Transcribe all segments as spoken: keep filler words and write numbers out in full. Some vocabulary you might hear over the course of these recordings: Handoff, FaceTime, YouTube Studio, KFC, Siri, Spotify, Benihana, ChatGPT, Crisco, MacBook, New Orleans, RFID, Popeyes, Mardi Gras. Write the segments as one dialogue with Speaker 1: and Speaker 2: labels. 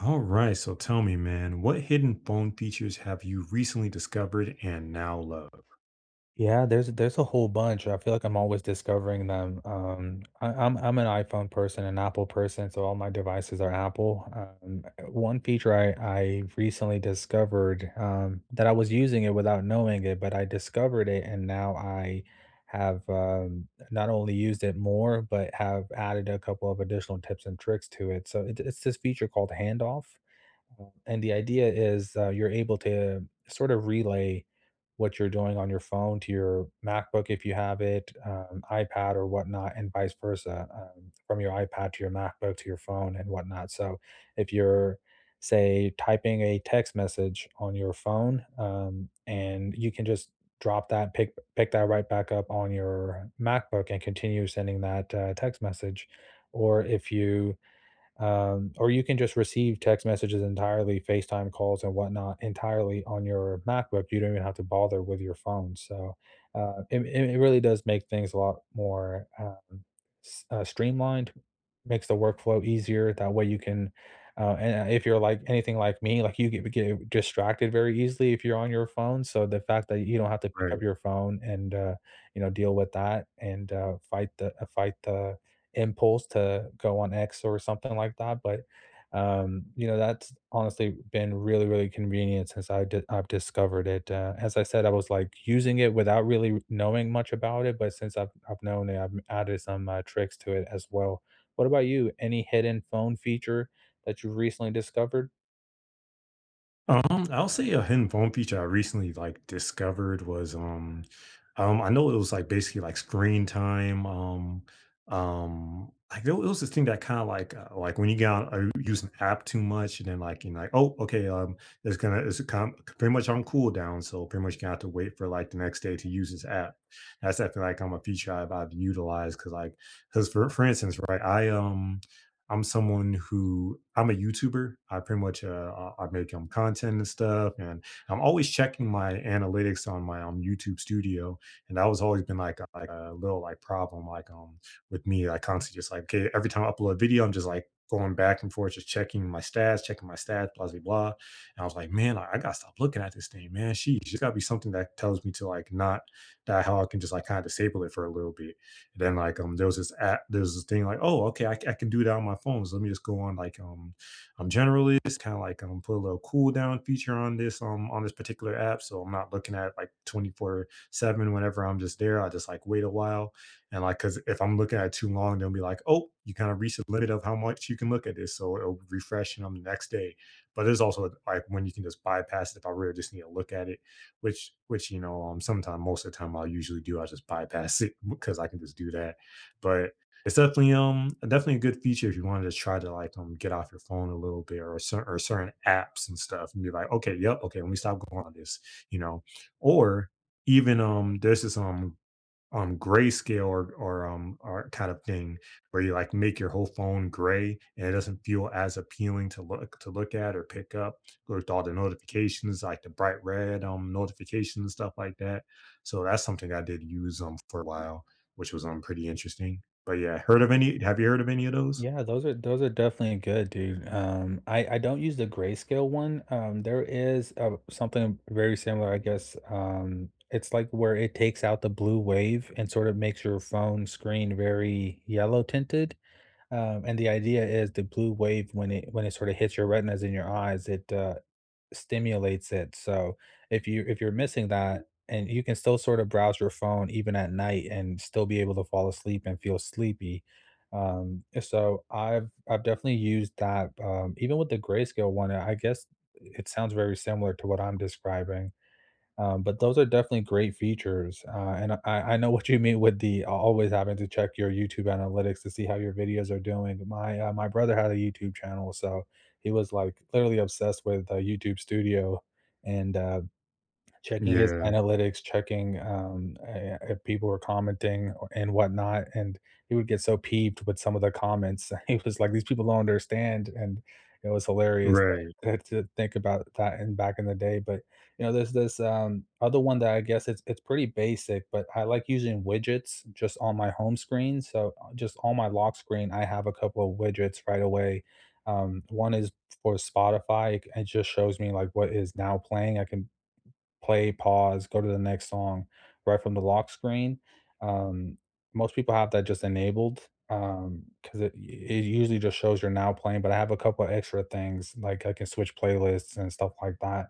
Speaker 1: All right, so tell me, man, what hidden phone features have you recently discovered and now love?
Speaker 2: Yeah, there's there's a whole bunch. I feel like I'm always discovering them. Um, I, I'm I'm an iPhone person, an Apple person, so all my devices are Apple. Um, one feature I I recently discovered, um, that I was using it without knowing it, but I discovered it, and now I have, um, not only used it more, but have added a couple of additional tips and tricks to it. So it, it's this feature called Handoff. And the idea is, uh, you're able to sort of relay what you're doing on your phone to your MacBook if you have it, um, iPad or whatnot, and vice versa, um, from your iPad to your MacBook to your phone and whatnot. So if you're, say, typing a text message on your phone, um, and you can just drop that, pick pick that right back up on your MacBook and continue sending that, uh, text message, or if you um, or you can just receive text messages entirely, FaceTime calls and whatnot entirely on your MacBook. You don't even have to bother with your phone. So uh, it, it it really does make things a lot more, um, s- uh, streamlined, makes the workflow easier. That way you can, uh, and uh, if you're like anything like me, like you get, get distracted very easily if you're on your phone. So the fact that you don't have to pick up
Speaker 1: Right.
Speaker 2: your phone and, uh, you know, deal with that and uh, fight the, uh, fight the impulse to go on X or something like that, but, um, you know, that's honestly been really, really convenient since I di I've discovered it, uh, as I said, I was, like, using it without really knowing much about it, but since I've I've known it, I've added some, uh, tricks to it as well. What about you? Any hidden phone feature that you have recently discovered?
Speaker 1: Um, I'll say a hidden phone feature I recently like discovered was um um I know it was like basically like screen time. Um um like it was this thing that kind of like uh, like when you get on, uh, use an app too much, and then like you're like, oh, okay, um it's gonna it's kind pretty much on cooldown, so pretty much gonna have to wait for like the next day to use this app. That's, I feel like I'm a feature I've, I've utilized, because like because for for instance, right. I um I'm someone who, I'm a YouTuber. I pretty much, uh, I I make um content and stuff, and I'm always checking my analytics on my um YouTube Studio, and that was always been like a, like a little like problem, like um with me. I constantly just like, okay, every time I upload a video, I'm just like going back and forth, just checking my stats, checking my stats, blah blah blah. And I was like, man, I, I gotta stop looking at this thing, man. Sheesh, there's gotta be something that tells me to like not that how I can just like kind of disable it for a little bit. And then like um there was this app, there's this thing like, oh, okay, I I can do that on my phone. So let me just go on like um I'm generalist, kind of like um put a little cool down feature on this um on this particular app. So I'm not looking at like twenty-four seven whenever I'm just there, I just like wait a while. And like, cause if I'm looking at it too long, they'll be like, oh, you kind of reach the limit of how much you can look at this, so it'll refresh and on the next day. But there's also like when you can just bypass it if I really just need to look at it, which which you know, um sometimes most of the time I'll usually do, I just bypass it because I can just do that. But it's definitely, um definitely a good feature if you wanted to try to like um get off your phone a little bit, or certain, or certain apps and stuff, and be like, okay, yep, okay, let me stop going on this, you know. Or even, um there's this, um um grayscale, or or um or kind of thing, where you like make your whole phone gray, and it doesn't feel as appealing to look to look at or pick up, with all the notifications, like the bright red um notifications and stuff like that. So that's something I did use um for a while, which was um pretty interesting. But yeah, heard of any have you heard of any of those?
Speaker 2: Yeah, those are those are definitely good, dude. Um, I I don't use the grayscale one. Um, there is, uh, something very similar, I guess. Um, it's like where it takes out the blue wave and sort of makes your phone screen very yellow tinted. Um, and the idea is the blue wave when it when it sort of hits your retinas in your eyes, it, uh, stimulates it. So if you if you're missing that and you can still sort of browse your phone even at night and still be able to fall asleep and feel sleepy. Um, so I've I've definitely used that, um, even with the grayscale one. I guess it sounds very similar to what I'm describing. Um, but those are definitely great features, uh, and I, I know what you mean with the, uh, always having to check your YouTube analytics to see how your videos are doing. My uh, my brother had a YouTube channel, so he was like literally obsessed with, uh, YouTube Studio, and uh, checking his
Speaker 1: Yeah.
Speaker 2: analytics, checking, um, I if people were commenting or and whatnot, and he would get so peeved with some of the comments. He was like, "These people don't understand," and it was hilarious
Speaker 1: Right.
Speaker 2: to to think about that in back in the day, but, you know, there's this, um, other one that I guess it's it's pretty basic, but I like using widgets just on my home screen, so, uh, just on my lock screen, I have a couple of widgets right away. Um, one is for Spotify, it it just shows me, like, what is now playing. I can play, pause, go to the next song right from the lock screen. Um, most people have that just enabled, um, because it it usually just shows you're now playing, but I have a couple of extra things, like I can switch playlists and stuff like that.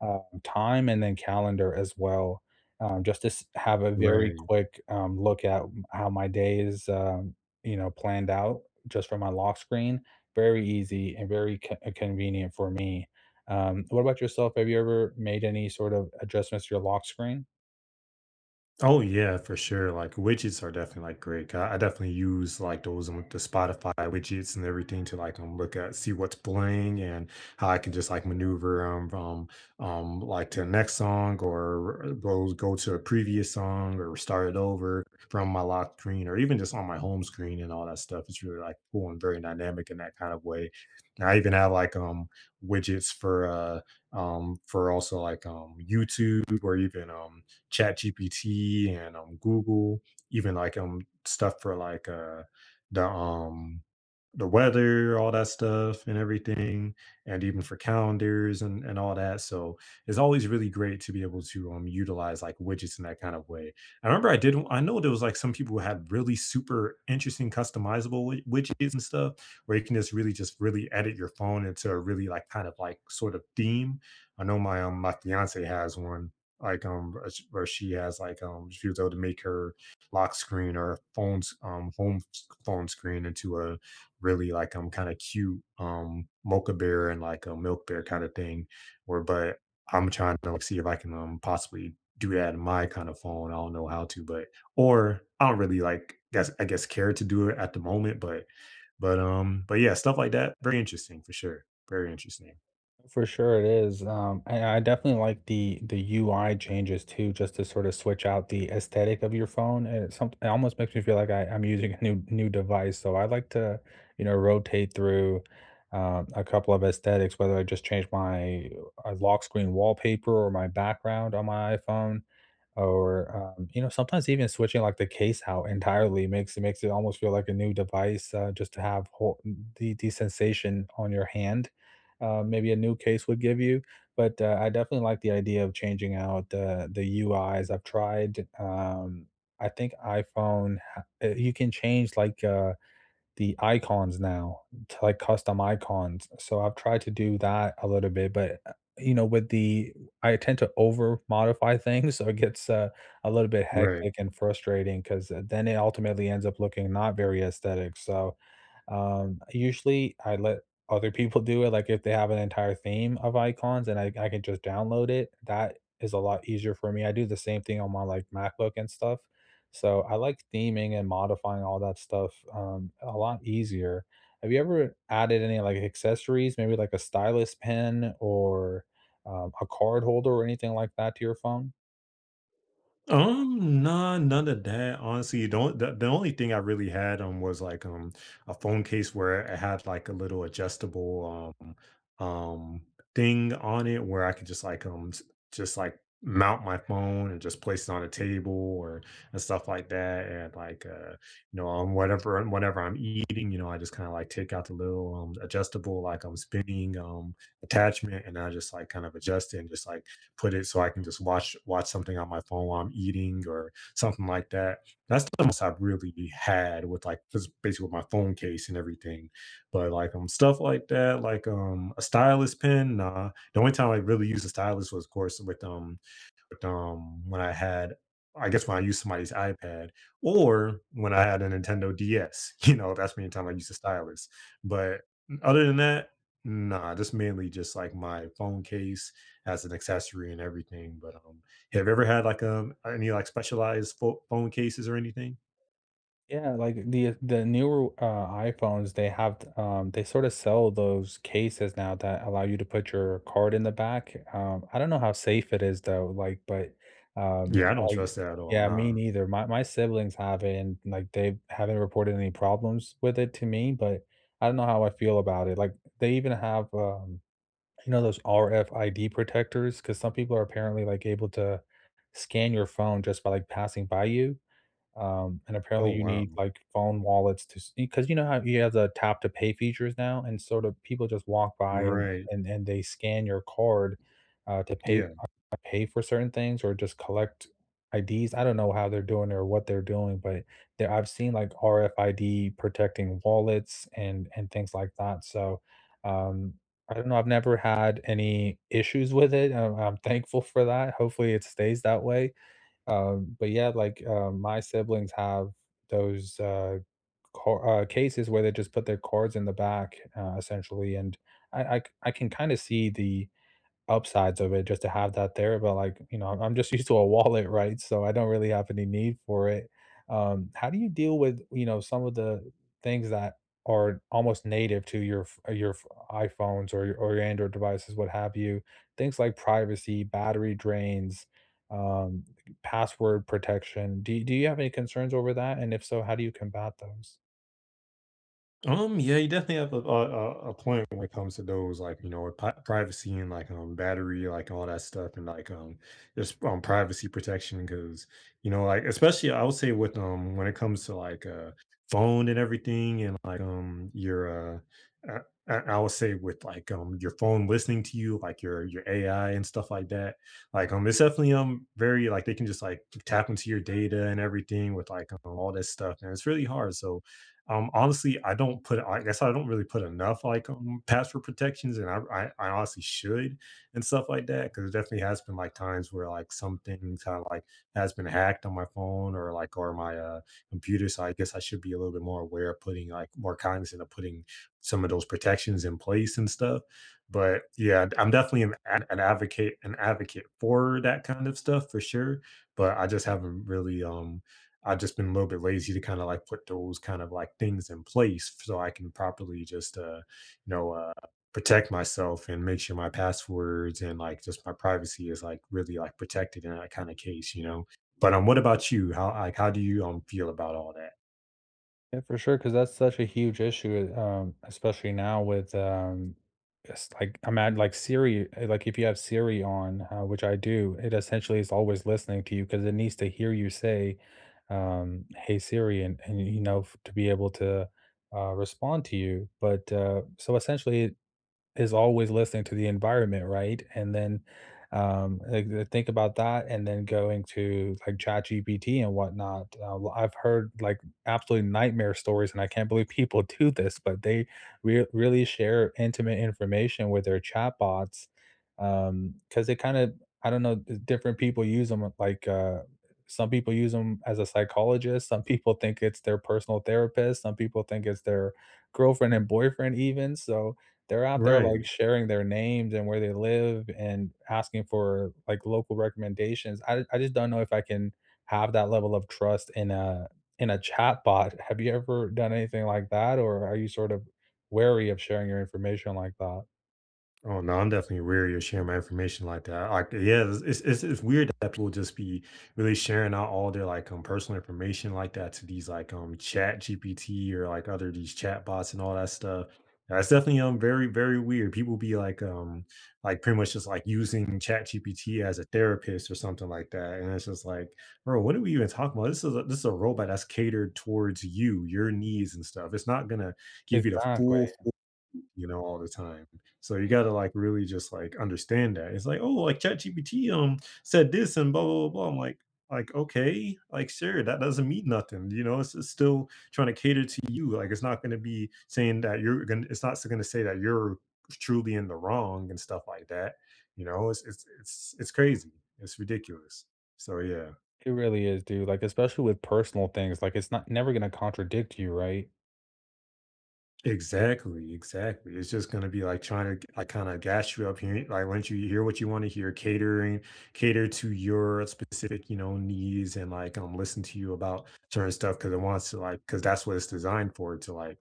Speaker 2: Um, time and then calendar as well, um, just to s have a very
Speaker 1: Right.
Speaker 2: quick, um, look at how my day is, um, you know, planned out just from my lock screen. Very easy and very co convenient for me. Um, what about yourself? Have you ever made any sort of adjustments to your lock screen?
Speaker 1: Oh yeah, for sure. Like, widgets are definitely like great. I, I definitely use like those on the Spotify widgets and everything to like um look at, see what's playing, and how I can just like maneuver, um from um like to the next song, or go go to a previous song, or start it over from my lock screen, or even just on my home screen, and all that stuff. It's really like cool and very dynamic in that kind of way. And I even have like um widgets for, uh um for also like um YouTube, or even um ChatGPT, and um, Google, even like um stuff for like uh the um the weather, all that stuff and everything, and even for calendars, and, and all that. So it's always really great to be able to um utilize like widgets in that kind of way. I remember I did I know there was like some people who had really super interesting customizable wi- widgets and stuff, where you can just really, just really edit your phone into a really like kind of like sort of theme. I know my, um my fiance has one, like um where sh- where she has like, um she was able to make her lock screen or phone's, um home s- phone screen into a really like, um kind of cute, um mocha bear and like a milk bear kind of thing, or but I'm trying to like see if I can um possibly do that in my kind of phone, I don't know how to, but, or, I don't really like, guess I guess care to do it at the moment, but, but um but yeah, stuff like that, very interesting for sure, very interesting.
Speaker 2: For sure, it is. Um, I, I definitely like the the U I changes too, just to sort of switch out the aesthetic of your phone. And it, some, it almost makes me feel like I, I'm using a new new device. So I like to, you know, rotate through, um, a couple of aesthetics, whether I just change my, uh, lock screen wallpaper or my background on my iPhone or, um, you know, sometimes even switching like the case out entirely makes it makes it almost feel like a new device, uh, just to have whole, the the sensation on your hand, uh, maybe a new case would give you, but uh, I definitely like the idea of changing out, uh, the UIs. I've tried, um, I think iphone ha- uh, you can change like, uh, the icons now to like custom icons. So I've tried to do that a little bit, but, uh, you know, with the I tend to over modify things, so it gets, uh, a little bit
Speaker 1: Right.
Speaker 2: hectic and frustrating because then it ultimately ends up looking not very aesthetic. So um, usually I let other people do it. Like if they have an entire theme of icons and I, I can just download it, that is a lot easier for me. I do the same thing on my like MacBook and stuff. So I like theming and modifying all that stuff, um, a lot easier. Have you ever added any like accessories, maybe like a stylus pen or, um, a card holder or anything like that to your phone?
Speaker 1: Um, nah, none of that. Honestly, don't. the, the only thing I really had, um was like um a phone case, where it had like a little adjustable, um um thing on it, where I could just like, um s- just like mount my phone and just place it on a table, or, and stuff like that, and like uh you know, um whatever whenever I'm eating, you know, I just kind of like take out the little um adjustable, like I'm spinning um attachment, and I just like kind of adjust it, and just like put it so I can just watch watch something on my phone while I'm eating or something like that. That's the most I've really had, with like just basically with my phone case and everything. But like um stuff like that, like um a stylus pen, nah. The only time I really used a stylus was of course with, um um, when I had I guess when I used somebody's iPad, or when I had a Nintendo D S, you know, that's many time I used a stylus. But other than that, nah, just mainly just like my phone case as an accessory and everything. But um, have you ever had like um any like specialized, pho- phone cases or anything?
Speaker 2: Yeah, like the the newer, uh, iPhones, they have, um, they sort of sell those cases now that allow you to put your card in the back. Um, I don't know how safe it is though, like, but um,
Speaker 1: Yeah, I don't
Speaker 2: I,
Speaker 1: trust that at all.
Speaker 2: yeah, me
Speaker 1: Nah.
Speaker 2: neither. My my siblings have it, and like they haven't reported any problems with it to me. But I don't know how I feel about it. Like they even have, um, you know those R F I D protectors because some people are apparently like able to scan your phone just by like passing by you. Um, and
Speaker 1: Oh
Speaker 2: apparently you need,
Speaker 1: wow.
Speaker 2: like, phone wallets to because you know how you have the tap to pay features now, and so the people just walk by and
Speaker 1: Right.
Speaker 2: and and they scan your card, uh, to pay,
Speaker 1: Yeah.
Speaker 2: uh, pay for certain things or just collect I Ds. I don't know how they're doing it or what they're doing, but there I've seen, like, R F I D protecting wallets and and things like that, so, um, I don't know, I've never had any issues with it, um, I'm thankful for that. Hopefully it stays that way. Um, but yeah, like, uh, my siblings have those, uh, car uh, cases where they just put their cards in the back, uh, essentially, and I I c I can kinda see the upsides of it just to have that there, but, like, you know, I'm just used to a wallet, right? So I don't really have any need for it. Um, how do you deal with, you know, some of the things that are almost native to your ph your ph iPhones or your or your Android devices, what have you? Things like privacy, battery drains, um, password protection. Do you, do you have any concerns over that? And if so, how do you combat those?
Speaker 1: Um, yeah, you definitely have a, a, a a point when it comes to those, like, you know, with, pi- privacy and like um battery, like all that stuff, and like, um just um privacy protection, because, you know, like, especially I would say with um when it comes to like uh phone and everything, and like um your, uh I, I I would say with like um your phone listening to you, like your your A I and stuff like that, like um it's definitely um very like they can just like tap into your data and everything with like um, all this stuff, and it's really hard. So um, honestly, I don't put, like, I guess I don't really put enough like, um, password protections, and I, I I honestly should, and stuff like that, because there definitely has been like times where like something kind of like has been hacked on my phone, or like, or my, uh, computer. So I guess I should be a little bit more aware of putting, like, more cognizant of putting some of those protections in place and stuff. But yeah, I'm definitely, an, ad- an advocate an advocate for that kind of stuff for sure. But I just haven't really, um I've just been a little bit lazy to kind of like put those kind of like things in place so I can properly just uh you know, uh protect myself, and make sure my passwords and like just my privacy is like really like protected in that kind of case, you know. But um what about you? How like how do you um feel about all that?
Speaker 2: Yeah, for sure, because that's such a huge issue, um, especially now with, um, it's like I'm at like Siri, uh, like if you have Siri on, uh, which I do, it essentially is always listening to you because it needs to hear you say, um, "Hey Siri," and and you know f- to be able to, uh, respond to you. But uh, so essentially, is always listening to the environment, right? And then, um, like, uh, think about that, and then going to like ChatGPT and whatnot. Uh, well, I've heard like absolute nightmare stories, and I can't believe people do this, but they re- really share intimate information with their chatbots because they kind of, I don't know, d- different people use them. Like, uh, some people use them as a psychologist, some people think it's their personal therapist, some people think it's their girlfriend and boyfriend, even. So, they're out there, like,
Speaker 1: Right.
Speaker 2: sharing their names and where they live and asking for, like, local recommendations. I I just don't know if I can have that level of trust in a in a chatbot. Have you ever done anything like that, or are you sort of wary of sharing your information like that?
Speaker 1: Oh no, I'm definitely wary of sharing my information like that. Like, yeah, it's it's, it's it's weird that people just be really sharing out all their like um personal information like that, to these like um Chat G P T or like other these chat bots and all that stuff. That's definitely um very very weird. People be like um like pretty much just like using Chat G P T as a therapist or something like that, and it's just like, bro, what are we even talking about? This is a, this is a robot that's catered towards you, your needs and stuff. It's not gonna give you the full,
Speaker 2: Exactly.
Speaker 1: you know, all the time. So you gotta like really just like understand that. It's like, oh, like ChatGPT um said this and blah blah blah blah. I'm like, like okay, like sure, that doesn't mean nothing. You know, it's, it's still trying to cater to you. Like, it's not gonna be saying that you're gonna. It's not gonna say that you're truly in the wrong and stuff like that. You know, it's it's it's it's crazy. It's ridiculous. So yeah.
Speaker 2: It really is, dude, like, especially with personal things, like, it's not never gonna contradict you, right?
Speaker 1: Exactly, exactly. It's just gonna be like trying to like kind of gas you up here, like let you hear what you want to hear, catering, cater to your specific, you know, needs, and like um listen to you about certain stuff, because it wants to, like, because that's what it's designed for, to like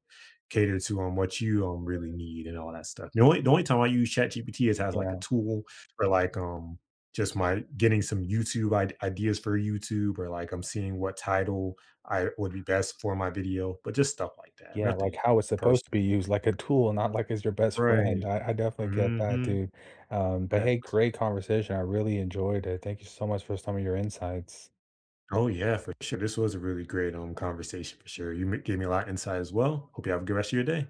Speaker 1: cater to, um what you um really need, and all that stuff. The only the only time I use ChatGPT is as like a
Speaker 2: Yeah.
Speaker 1: tool for like um just my getting some YouTube, ide- ideas for YouTube, or like I'm seeing what title I would be best for my video, but just stuff like that.
Speaker 2: Yeah,
Speaker 1: Nothing.
Speaker 2: like, how it's supposed to be
Speaker 1: Person.
Speaker 2: used, like a tool, not like as your best friend.
Speaker 1: Right.
Speaker 2: I I definitely get that,
Speaker 1: Mhm.
Speaker 2: dude. Um, but hey,
Speaker 1: Facts.
Speaker 2: great conversation. I really enjoyed it. Thank you so much for some of your insights.
Speaker 1: Oh, yeah, for sure. This was a really great, um, conversation for sure. You m gave me a lot of insight as well. Hope you have a good rest of your day.